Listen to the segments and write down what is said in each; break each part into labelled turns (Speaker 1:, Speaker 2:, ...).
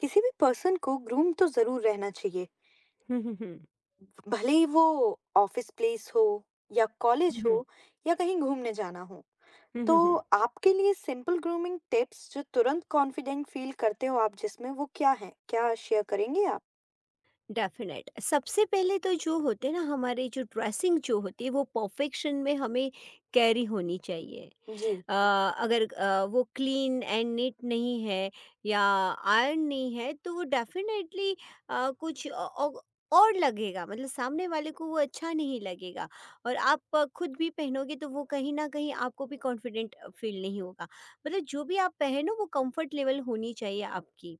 Speaker 1: किसी भी पर्सन को ग्रूम तो ज़रूर रहना चाहिए,
Speaker 2: हुँ, हुँ, हुँ।
Speaker 1: भले ही वो ऑफ़िस प्लेस हो या
Speaker 2: हुँ,
Speaker 1: कॉलेज हो
Speaker 2: हुँ।
Speaker 1: या कहीं घूमने जाना हो।
Speaker 2: हुँ, हुँ,
Speaker 1: तो
Speaker 2: हुँ।
Speaker 1: आपके लिए सिंपल ग्रूमिंग टिप्स जो तुरंत कॉन्फिडेंट फ़ील करते हो आप जिसमें वो क्या हैं? क्या शेयर करेंगे आप?
Speaker 2: डेफ़िनेट। सबसे पहले तो जो होते हैं ना हमारी जो ड्रेसिंग जो होती है वो परफ़ेक्शन में हमें कैरी होनी चाहिए।
Speaker 1: जी।
Speaker 2: अ, अगर वो क्लीन एंड नीट नहीं है या आयरन नहीं है तो वो डेफ़िनेटली अ, कुछ औ औ और लगेगा, मतलब सामने वाले को वो अच्छा नहीं लगेगा और आप खुद भी पहनोगे तो वो कहीं न कहीं आपको भी कॉन्फिडेंट फ़ील नहीं होगा। मतलब जो भी आप पहनो वो कम्फ़र्ट लेवल होनी चाहिए आपकी।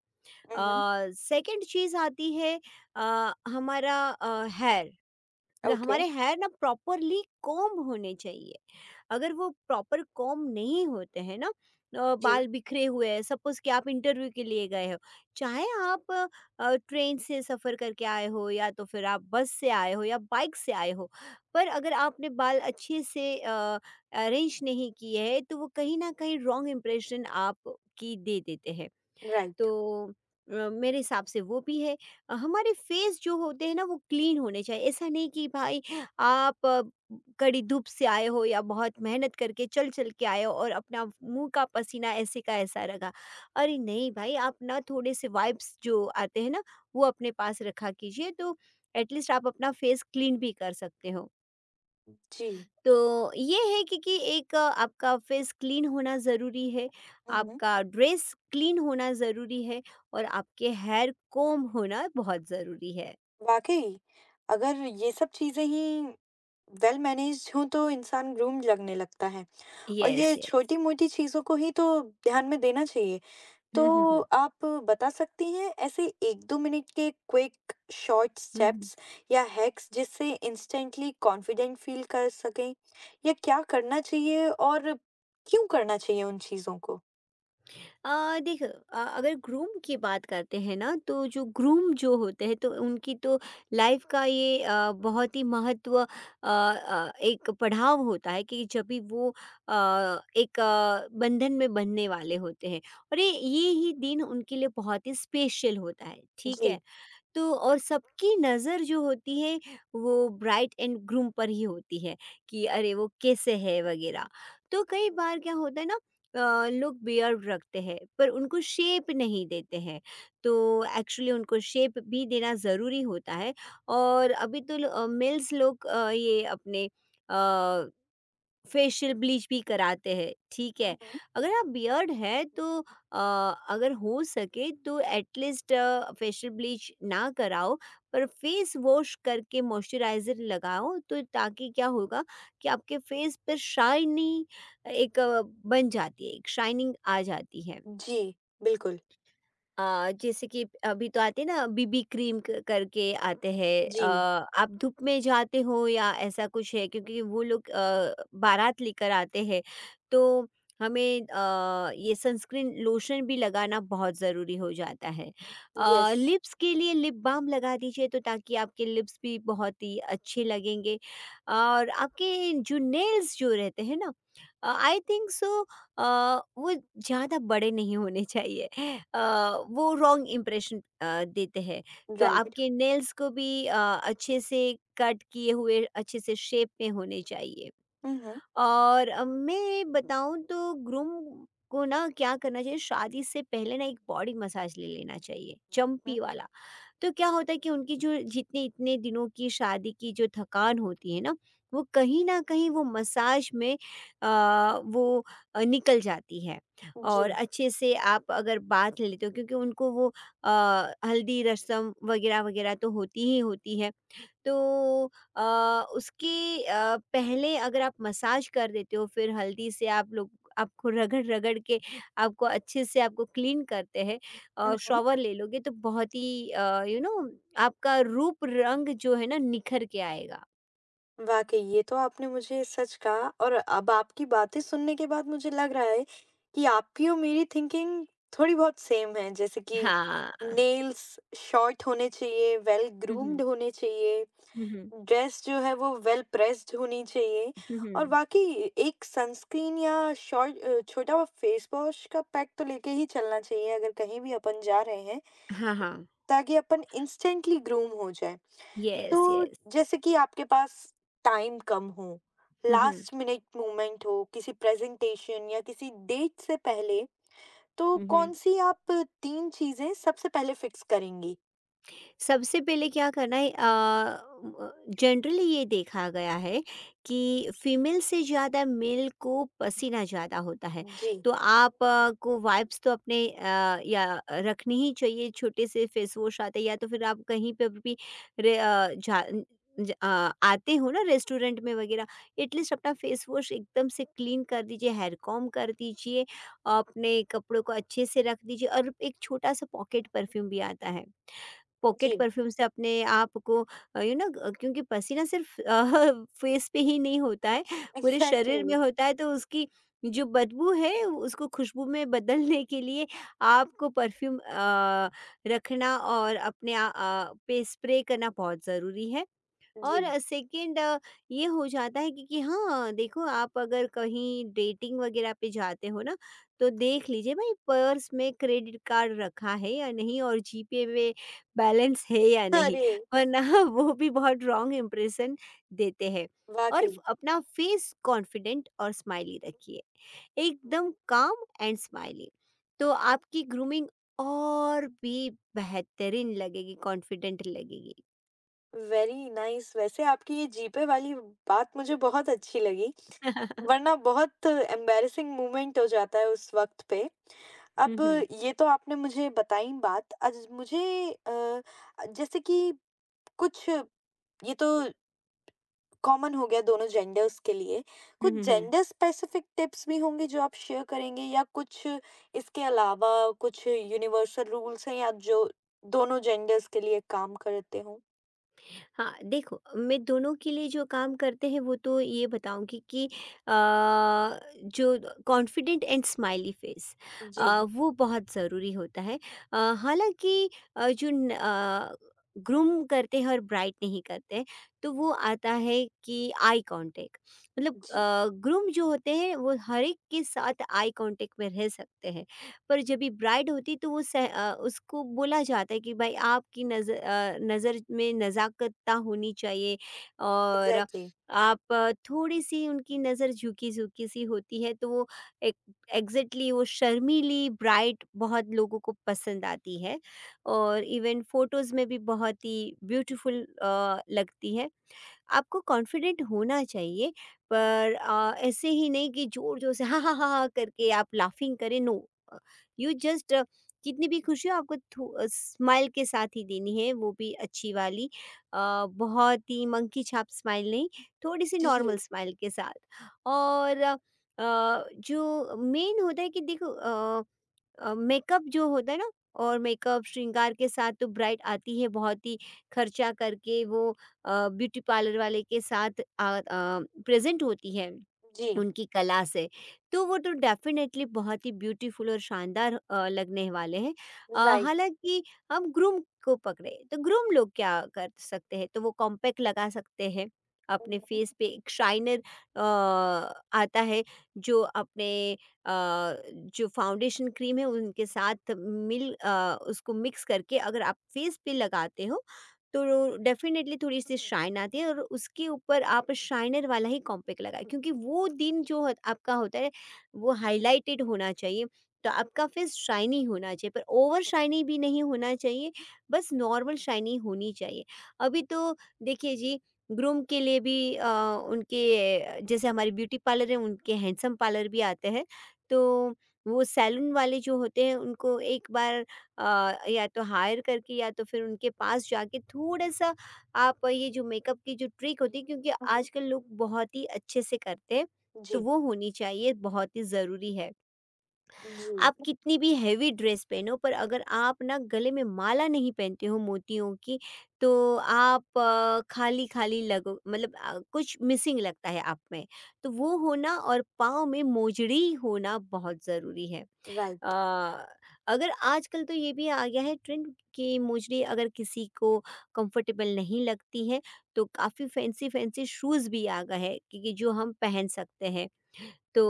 Speaker 1: उहुँ,
Speaker 2: सेकंड चीज आती है हमारा हेयर, मतलब
Speaker 1: ओके,
Speaker 2: हमारे हेयर ना प्रॉपरली कॉम्ब होने चाहिए। अगर वो प्रॉपर कॉम्ब नहीं होते हैं ना,
Speaker 1: जी,
Speaker 2: बाल बिखरे हुए हैं, सपोज कि आप इंटरव्यू के लिए गए हो, चाहे आप ट्रेन से सफ़र करके आए हो या तो फिर आप बस से आए हो या बाइक से आए हो, पर अगर आपने बाल अच्छे से अरेंज नहीं किए हैं तो वो कहीं ना कहीं रॉन्ग इम्प्रेशन आप की दे देते हैं।
Speaker 1: राइट,
Speaker 2: तो मेरे हिसाब से वो भी है। हमारे फेस जो होते हैं ना वो क्लीन होने चाहिए। ऐसा नहीं कि भाई आप कड़ी धूप से आए हो या बहुत मेहनत करके चल-चल के आए हो और अपना मुँह का पसीना ऐसे का ऐसा रगा। अरे नहीं भाई, आप ना थोड़े-से वाइब्स जो आते हैं ना, वो अपने पास रखा कीजिए तो एटलीस्ट आप अपना फेस क्लीन भी कर सकते हो।
Speaker 1: जी,
Speaker 2: तो ये है कि एक आपका फेस क्लीन होना ज़रूरी है,
Speaker 1: उहुँ,
Speaker 2: आपका ड्रेस क्लीन होना ज़रूरी है और आपके हेयर कोम्ब होना बहुत ज़रूरी है।
Speaker 1: वाक़ई अगर ये सब चीज़ें ही वेल मैनेज्ड हों तो इंसान ग्रूम्ड लगने लगता है और
Speaker 2: यस,
Speaker 1: ये
Speaker 2: यस।
Speaker 1: छोटी-मोटी चीज़ों को ही तो ध्यान में देना चाहिए। तो
Speaker 2: हुँ, हुँ, हुँ।
Speaker 1: आप बता सकती हैं ऐसे 1-2 मिनट के क्विक शॉर्ट
Speaker 2: हुँ, हुँ।
Speaker 1: स्टेप्स या हैक्स जिससे इंस्टेंटली कॉन्फिडेंट फील कर सकें? या क्या करना चाहिए और क्यों करना चाहिए उन चीज़ों को?
Speaker 2: देखो, अगर ग्रूम की बात करते हैं ना तो जो ग्रूम जो होते हैं तो उनकी तो लाइफ का ये बहुत ही महत्व एक पड़ाव होता है कि जब भी वो अ, एक बंधन में बंधने वाले होते हैं और ये ही दिन उनके लिए बहुत ही स्पेशल होता है, ठीक है।
Speaker 1: जी।
Speaker 2: तो और सबकी नज़र जो होती है वो ब्राइड एंड ग्रूम पर ही होती है कि अरे वो कैसे है वगैरह। तो कई बार क्या होता है ना, लोग बियर्ड रखते हैं पर उनको शेप नहीं देते हैं। तो एक्चुअली उनको शेप भी देना ज़रूरी होता है। और अभी तो मेल्स लोग ये अपने फेशियल ब्लीच भी कराते हैं, ठीक है।
Speaker 1: हुँ, हुँ।
Speaker 2: अगर आप बियर्ड है तो अ, अगर हो सके तो एटलीस्ट फेशियल ब्लीच ना कराओ, पर फेस वॉश करके मॉइस्चराइज़र लगाओ तो ताकि क्या होगा कि आपके फेस पर शाइनी एक बन जाती है, एक शाइनिंग आ जाती है।
Speaker 1: जी, बिल्कुल।
Speaker 2: जैसे कि अभी तो आते हैं ना, बीबी क्रीम करके आते हैं।
Speaker 1: जी,
Speaker 2: आप धूप में जाते हो या ऐसा कुछ है क्योंकि वो लोग बारात लेकर आते हैं, तो हमें ये सनस्क्रीन लोशन भी लगाना बहुत ज़रूरी हो जाता है।
Speaker 1: यस,
Speaker 2: लिप्स के लिए लिप बाम लगा दीजिए तो ताकि आपके लिप्स भी बहुत ही अच्छे लगेंगे। और आपके जो नेल्स जो रहते हैं ना, आई थिंक सो अ, वो ज़्यादा बड़े नहीं होने चाहिए। वो रॉन्ग इम्प्रेशन देते हैं। तो
Speaker 1: राइट।
Speaker 2: आपके नेल्स को भी अच्छे से कट किए हुए अच्छे से शेप में होने चाहिए।
Speaker 1: हुँ, हुँ,
Speaker 2: और मैं बताऊँ तो ग्रूम को ना क्या करना चाहिए, शादी से पहले ना एक बॉडी मसाज ले लेना चाहिए, चंपी वाला। तो क्या होता है कि उनकी जो जितने इतने दिनों की शादी की जो थकान होती है ना, वो कहीं न कहीं वो मसाज में अ, वो निकल जाती है।
Speaker 1: हुँ,
Speaker 2: और
Speaker 1: जी।
Speaker 2: अच्छे से आप अगर बात लेते हो, क्योंकि उनको वो अ, हल्दी रस्म वगैरह-वगैरह तो होती ही होती है। तो अ, उसके पहले अगर आप मसाज कर देते हो, फिर हल्दी से आप लोग आपको रगड़-रगड़ के आपको अच्छे से आपको क्लीन करते हैं और शॉवर ले लोगे तो बहुत ही आपका रूप रंग जो है ना निखर के आएगा।
Speaker 1: वाक़ई, ये तो आपने मुझे सच कहा और अब आपकी बातें सुनने के बाद मुझे लग रहा है कि आपकी और मेरी थिंकिंग थोड़ी बहुत सेम है, जैसे कि
Speaker 2: हाँ।
Speaker 1: नेल्स शॉर्ट होने चाहिए, वेल
Speaker 2: हुँ, हुँ।
Speaker 1: ग्रूम्ड होने चाहिए,
Speaker 2: हुँ, हुँ।
Speaker 1: ड्रेस जो है वो वेल प्रेस्ड होनी चाहिए
Speaker 2: हुँ,
Speaker 1: और
Speaker 2: हुँ।
Speaker 1: वाक़ई एक सनस्क्रीन या शॉर्ट छोटा फेस वॉश का पैक तो लेके ही चलना चाहिए अगर कहीं भी अपन जा रहे हैं,
Speaker 2: हाँ, हाँ।
Speaker 1: ताकि अपन इंस्टेंटली ग्रूम हो जाएँ।
Speaker 2: यस,
Speaker 1: तो
Speaker 2: यस।
Speaker 1: जैसे कि आपके पास टाइम कम हो,
Speaker 2: हुँ, हुँ।
Speaker 1: लास्ट मिनट मूवमेंट हो, किसी प्रेज़ेंटेशन या किसी डेट से पहले, तो
Speaker 2: हुँ, हुँ।
Speaker 1: कौन-सी आप 3 चीज़ें सबसे पहले फिक्स करेंगी?
Speaker 2: सबसे पहले क्या करना है, जनरली ये देखा गया है कि फीमेल से ज़्यादा मेल को पसीना ज़्यादा होता है।
Speaker 1: जी,
Speaker 2: तो आप को वाइप्स तो अपने या रखनी ही चाहिए, छोटे से फेस वॉश आते हैं, या तो फिर आप कहीं पे भी रे- अ, जा ज- अ, आते हो ना, रेस्टोरेंट में वगैरह, एटलीस्ट अपना फेस वॉश एकदम से क्लीन कर दीजिए, हेयर कॉम कर दीजिए, अपने कपड़ों को अच्छे से रख दीजिए और एक छोटा सा पॉकेट परफ्यूम भी आता है। पॉकेट
Speaker 1: जी,
Speaker 2: परफ्यूम से अपने आप को क्योंकि पसीना सिर्फ फेस पे ही नहीं होता है, पूरे शरीर में
Speaker 1: एग्ज़ैक्टली,
Speaker 2: होता है, तो उसकी जो बदबू है उसको खुशबू में बदलने के लिए आपको परफ्यूम रखना और अपने आ, आ, पे स्प्रे करना बहुत ज़रूरी है।
Speaker 1: जी।
Speaker 2: और सेकंड ये हो जाता है कि हाँ, देखो आप अगर कहीं डेटिंग वगैरह पे जाते हो ना, तो देख लीजिए भाई पर्स में क्रेडिट कार्ड रखा है या नहीं, और जीपे में बैलेंस है या नहीं,
Speaker 1: अरे!
Speaker 2: वरना वो भी बहुत रॉन्ग इम्प्रेशन देते हैं। और
Speaker 1: वाक़ई,
Speaker 2: फ अपना फेस कॉन्फिडेंट और स्माइली रखिए, एकदम काम एंड स्माइली। तो आपकी ग्रूमिंग और भी बेहतरीन लगेगी, कॉन्फिडेंट लगेगी।
Speaker 1: वेरी नाइस वैसे आपकी ये जीपे वाली बात मुझे बहुत अच्छी लगी। वरना बहुत एम्बैरेसिंग मोमेंट हो जाता है उस वक़्त पे।
Speaker 2: हुँ,
Speaker 1: अब
Speaker 2: हुँ।
Speaker 1: ये तो आपने मुझे बताई बात आज मुझे अ, जैसे कि कुछ ये तो कॉमन हो गया दोनों जेंडर्स के लिए।
Speaker 2: हुँ,
Speaker 1: कुछ
Speaker 2: हुँ, हुँ।
Speaker 1: जेंडर स्पेसिफिक टिप्स भी होंगे जो आप शेयर करेंगे या कुछ इसके अलावा कुछ यूनिवर्सल रूल्स हैं या जो दोनों जेंडर्स के लिए काम करते हों?
Speaker 2: हाँ, देखो, मैं दोनों के लिए जो काम करते हैं वो तो ये बताऊँगी कि अ, जो कॉन्फिडेंट एंड स्माइली फेस
Speaker 1: जी,
Speaker 2: वो बहुत ज़रूरी होता है। हालाँकि अ, जो न अ, ग्रूम करते हैं और ब्राइट नहीं करते हैं, तो वो आता है कि आई कॉन्टैक्ट, मतलब
Speaker 1: जी,
Speaker 2: ग्रूम जो होते हैं वो हर एक के साथ आई कॉन्टैक्ट में रह सकते हैं। पर जब भी ब्राइड होती तो वो उसको बोला जाता है कि भाई आपकी नज़र में नज़ाकतता होनी चाहिए। और
Speaker 1: एग्ज़ैक्टली।
Speaker 2: आप थोड़ी सी उनकी नज़र झुकी झुकी सी होती है तो वो एक एग्जैक्टली वो शर्मीली ब्राइट बहुत लोगों को पसंद आती है और इवन फोटोज़ में भी बहुत ही ब्यूटीफुल लगती है। आपको कॉन्फिडेंट होना चाहिए पर ऐसे ही नहीं कि ज़ोर-ज़ोर से हाँ, हाँ, हाँ, हाँ करके आप लाफिंग करें, नो। अ, यू जस्ट जितनी भी खुशी हो आपको स्माइल के साथ ही देनी है, वो भी अच्छी वाली। अ, बहुत ही मंकी छाप स्माइल नहीं, थोड़ी-सी नॉर्मल
Speaker 1: जी,
Speaker 2: स्माइल के साथ। और अ, जो मेन होता है कि देखो मेकअप जो होता है ना, और मेकअप श्रृंगार के साथ तो ब्राइड आती है बहुत ही खर्चा करके। वो ब्यूटी पार्लर वाले के साथ प्रेजेंट होती है
Speaker 1: जी,
Speaker 2: उनकी कला से, तो वो तो डेफ़िनेटली बहुत ही ब्यूटीफुल और शानदार लगने वाले हैं।
Speaker 1: राइट।
Speaker 2: हालाँकि हम ग्रूम को पकड़े, तो ग्रूम लोग क्या कर सकते हैं? तो वो कॉम्पैक्ट लगा सकते हैं,
Speaker 1: हुँ,
Speaker 2: अपने
Speaker 1: हुँ।
Speaker 2: फेस पे एक शाइनर अ, आता है, जो अपने अ, जो फाउंडेशन क्रीम है उनके साथ उसको मिक्स करके अगर आप फेस पे लगाते हो तो डेफ़िनेटली थोड़ी-सी शाइन आती है, और उसके ऊपर आप शाइनर वाला ही कॉम्पैक्ट लगाएँ, क्योंकि वो दिन जो ह आपका होता है वो हाइलाइटेड होना चाहिए। तो आपका फेस शाइनी होना चाहिए पर ओवर शाइनी भी नहीं होना चाहिए, बस नॉर्मल शाइनी होनी चाहिए। अभी तो देखिए जी, ग्रूम के लिए भी उनके जैसे हमारे ब्यूटी पार्लर है, उनके हैंडसम पार्लर भी आते हैं। तो वो सैलून वाले जो होते हैं उनको एक बार या तो हायर करके या तो फिर उनके पास जाके थोड़ा-सा आप ये जो मेकअप की जो ट्रिक होती है, क्योंकि
Speaker 1: हुँ, हुँ।
Speaker 2: आजकल लोग बहुत ही अच्छे से करते हैं, तो
Speaker 1: जी,
Speaker 2: वो होनी चाहिए, बहुत ही ज़रूरी है।
Speaker 1: जी।
Speaker 2: आप कितनी भी हेवी ड्रेस पहनो पर अगर आप ना गले में माला नहीं पहनते हो मोतियों की, तो आप खाली-खाली लगो, मतलब कुछ मिसिंग लगता है आप में। तो वो होना और पाँव में मोजड़ी होना बहुत ज़रूरी है।
Speaker 1: राइट।
Speaker 2: अ, अगर आजकल तो ये भी आ गया है ट्रेंड कि मोजड़ी अगर किसी को कंफर्टेबल नहीं लगती है तो काफ़ी फैंसी फैंसी शूज़ भी आ गए हैं कि जो हम पहन सकते हैं। तो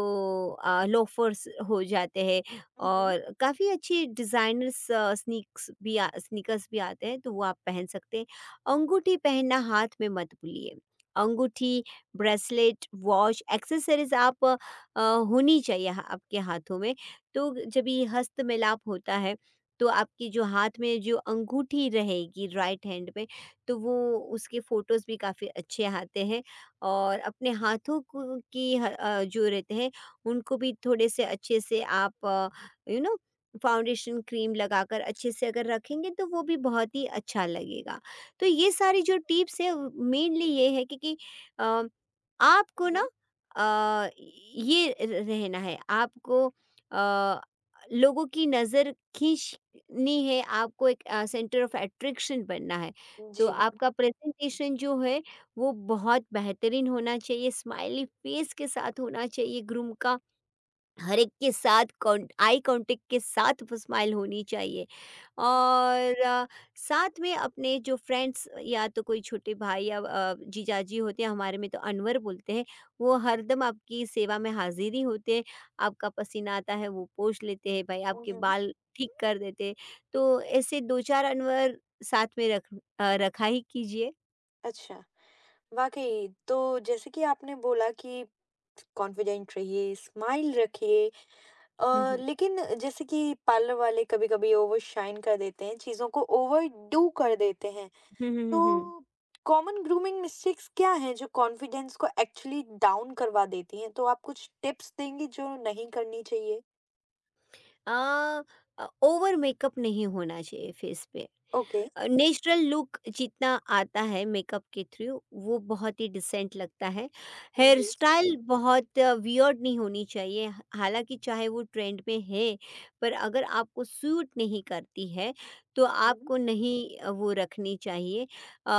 Speaker 2: लोफर्स हो जाते हैं
Speaker 1: हुँ, हुँ।
Speaker 2: और काफ़ी अच्छे डिज़ाइनर्स स्नीक्स भी आ स्नीकर्स भी आते हैं, तो वो आप पहन सकते हैं। अंगूठी पहनना हाथ में मत भूलिए। अंगूठी, ब्रेसलेट, वॉच, एक्सेसरीज़ आप अ, होनी चाहिए ह आपके हाथों में। तो जब ये हस्त मिलाप होता है तो आपकी जो हाथ में जो अंगूठी रहेगी राइट हैंड में, तो वो उसके फ़ोटोज़ भी काफ़ी अच्छे आते हैं। और अपने हाथों को जो रहते हैं उनको भी थोड़े से अच्छे से आप यू नो फाउंडेशन क्रीम लगाकर अच्छे से अगर रखेंगे तो वो भी बहुत ही अच्छा लगेगा। तो ये सारी जो टिप्स है मेनली ये है, क्योंकि अ, आपको ना अ, ये र रहना है आपको अ, लोगों की नज़र खींचनी है, आपको एक सेंटर ऑफ अट्रैक्शन बनना है।
Speaker 1: हुँ,
Speaker 2: तो
Speaker 1: जी।
Speaker 2: आपका प्रेज़ेंटेशन जो है वो बहुत बेहतरीन होना चाहिए, स्माइली फेस के साथ होना चाहिए ग्रूम का, हर एक के साथ कॉन आई कॉन्टैक्ट के साथ वो स्माइल होनी चाहिए। और साथ में अपने जो फ्रेंड्स या तो कोई छोटे भाई या जीजाजी होते हैं, हमारे में तो अनवर बोलते हैं, वो हरदम आपकी सेवा में हाज़िर ही होते हैं, आपका पसीना आता है वो पोंछ लेते हैं भाई,
Speaker 1: हुँ,
Speaker 2: आपके
Speaker 1: हुँ।
Speaker 2: बाल ठीक कर देते हैं, तो ऐसे 2-4 अनवर साथ में रखा ही कीजिए।
Speaker 1: अच्छा, वाक़ई तो जैसे कि आपने बोला कि कॉन्फिडेंट रहिए, स्माइल रखिए
Speaker 2: हुँ, हुँ।
Speaker 1: लेकिन जैसे कि पार्लर वाले कभी-कभी ओवरशाइन कर देते हैं, चीज़ों को ओवरडू कर देते हैं।
Speaker 2: हुँ, हुँ, हुँ,
Speaker 1: तो
Speaker 2: हुँ।
Speaker 1: कॉमन ग्रूमिंग मिस्टेक्स क्या हैं जो कॉन्फिडेंस को एक्चुअली डाउन करवा देती हैं? तो आप कुछ टिप्स देंगी जो नहीं करनी चाहिए?
Speaker 2: आ, ओवर मेकअप नहीं होना चाहिए फेस पे।
Speaker 1: ओके।
Speaker 2: नेचुरल लुक जितना आता है मेकअप के थ्रू वो बहुत ही डिसेंट लगता है। हेयर
Speaker 1: जी।
Speaker 2: स्टाइल बहुत वियर्ड नहीं होनी चाहिए ह, हालाँकि चाहे वो ट्रेंड में है, पर अगर आपको सूट नहीं करती है, तो
Speaker 1: हुँ,
Speaker 2: आपको नहीं वो रखनी चाहिए।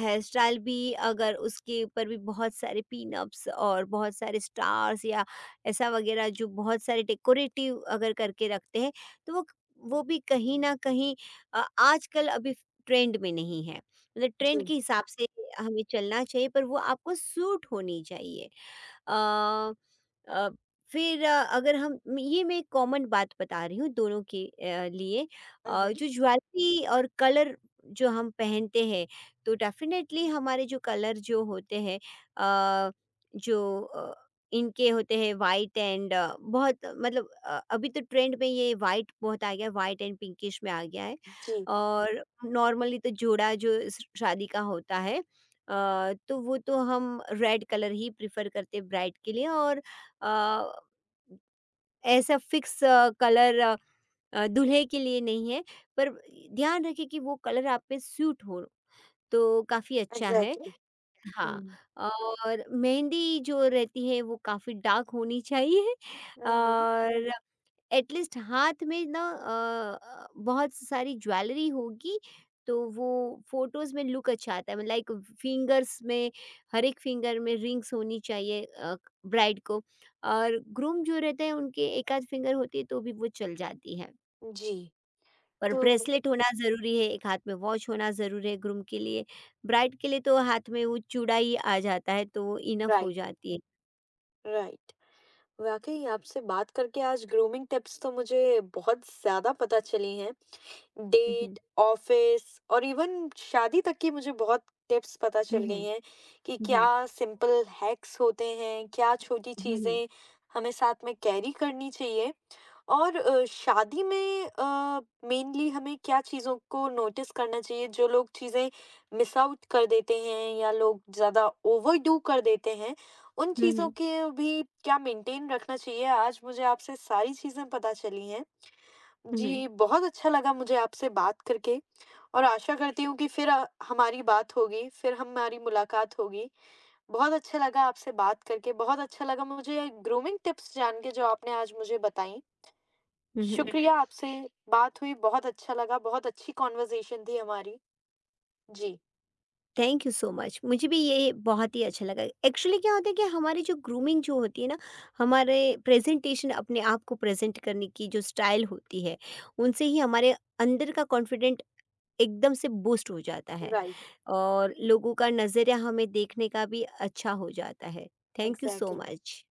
Speaker 2: हेयर स्टाइल भी अगर उसके ऊपर भी बहुत सारे पिनअप्स और बहुत सारे स्टार्स या ऐसा वगैरह जो बहुत सारे डेकोरेटिव अगर करके रखते हैं, तो वो क वो भी कहीं न कहीं आजकल अभी ट्रेंड में नहीं है। मतलब ट्रेंड
Speaker 1: जी।
Speaker 2: के हिसाब से हमें चलना चाहिए पर वो आपको सूट होनी चाहिए। अ अ, फिर अगर हम ये मैं कॉमन बात बता रही हूँ दोनों के लिए।
Speaker 1: हुँ,
Speaker 2: जो
Speaker 1: हुँ।
Speaker 2: ज्वेलरी और कलर जो हम पहनते हैं, तो डेफ़िनेटली हमारे जो कलर जो होते हैं अ, जो अ, इनके होते हैं व्हाइट एंड, बहुत मतलब अभी तो ट्रेंड में ये व्हाइट बहुत आ गया है, व्हाइट एंड पिंकिश में आ गया है।
Speaker 1: जी,
Speaker 2: और नॉर्मली तो जोड़ा जो शादी का होता है तो वो तो हम रेड कलर ही प्रिफर करते हैं ब्राइड के लिए। और अ, ऐसा फिक्स कलर दूल्हे के लिए नहीं है, पर ध्यान रखें कि वो कलर आप पे सूट हो तो काफ़ी अच्छा है।
Speaker 1: एग्ज़ैक्टली।
Speaker 2: हाँ।
Speaker 1: हुँ।
Speaker 2: और मेहंदी जो रहती है वो काफ़ी डार्क होनी चाहिए।
Speaker 1: हुँ।
Speaker 2: और एटलीस्ट हाथ में ना बहुत सारी ज्वेलरी होगी, तो वो फोटोज में लुक अच्छा आता है, लाइक फिंगर्स में हर एक फिंगर में रिंग्स होनी चाहिए ब्राइड को। और ग्रूम जो रहते हैं उनके एक आध फिंगर होती है तो भी वो चल जाती है,
Speaker 1: जी,
Speaker 2: पर
Speaker 1: तो
Speaker 2: ब्रेसलेट होना ज़रूरी है, एक हाथ में वॉच होना ज़रूरी है ग्रूम के लिए। ब्राइड के लिए तो हाथ में वो चूड़ा ही आ जाता है तो वो इनफ हो
Speaker 1: राइट,
Speaker 2: जाती है।
Speaker 1: राइट। वाक़ई आपसे बात करके आज ग्रूमिंग टिप्स तो मुझे बहुत ज़्यादा पता चली हैं।
Speaker 2: हम्म।
Speaker 1: डेट, ऑफ़िस और इवन शादी तक की मुझे बहुत टिप्स पता चल
Speaker 2: हम्म
Speaker 1: गई हैं कि क्या
Speaker 2: हम्म
Speaker 1: सिंपल हैक्स होते हैं, क्या छोटी
Speaker 2: हम्म। हम्म।
Speaker 1: चीज़ें हमें साथ में कैरी करनी चाहिए। और शादी में मेनली हमें क्या चीज़ों को नोटिस करना चाहिए? जो लोग चीज़ें मिस आउट कर देते हैं या लोग ज़्यादा ओवरडू कर देते हैं, उन चीज़ों
Speaker 2: हम्म
Speaker 1: के भी क्या मेंटेन रखना चाहिए? आज मुझे आपसे सारी चीज़ें पता चली हैं।
Speaker 2: हम्म। हम्म।
Speaker 1: जी, बहुत अच्छा लगा मुझे आपसे बात करके और आशा करती हूँ कि फिर हमारी बात होगी, फिर हमारी मुलाकात होगी। बहुत अच्छा लगा आपसे बात करके, बहुत अच्छा लगा मुझे ग्रूमिंग टिप्स जान के जो आपने आज मुझे बताईं।
Speaker 2: हम्म।
Speaker 1: शुक्रिया आपसे बात हुई, बहुत अच्छा लगा, बहुत अच्छी कॉन्वर्सेशन थी हमारी। जी,
Speaker 2: थैंक यू सो मच, मुझे भी ये बहुत ही अच्छा लगा। एक्चुअली क्या होता है कि हमारी जो ग्रूमिंग जो होती है ना, हमारे प्रेजेंटेशन, अपने आप को प्रेजेंट करने की जो स्टाइल होती है, उनसे ही हमारे अंदर का कॉन्फिडेंट एकदम से बूस्ट हो जाता है
Speaker 1: राइट,
Speaker 2: और लोगों का नज़रिया हमें देखने का भी अच्छा हो जाता है। Thank you so
Speaker 1: exactly.
Speaker 2: Much.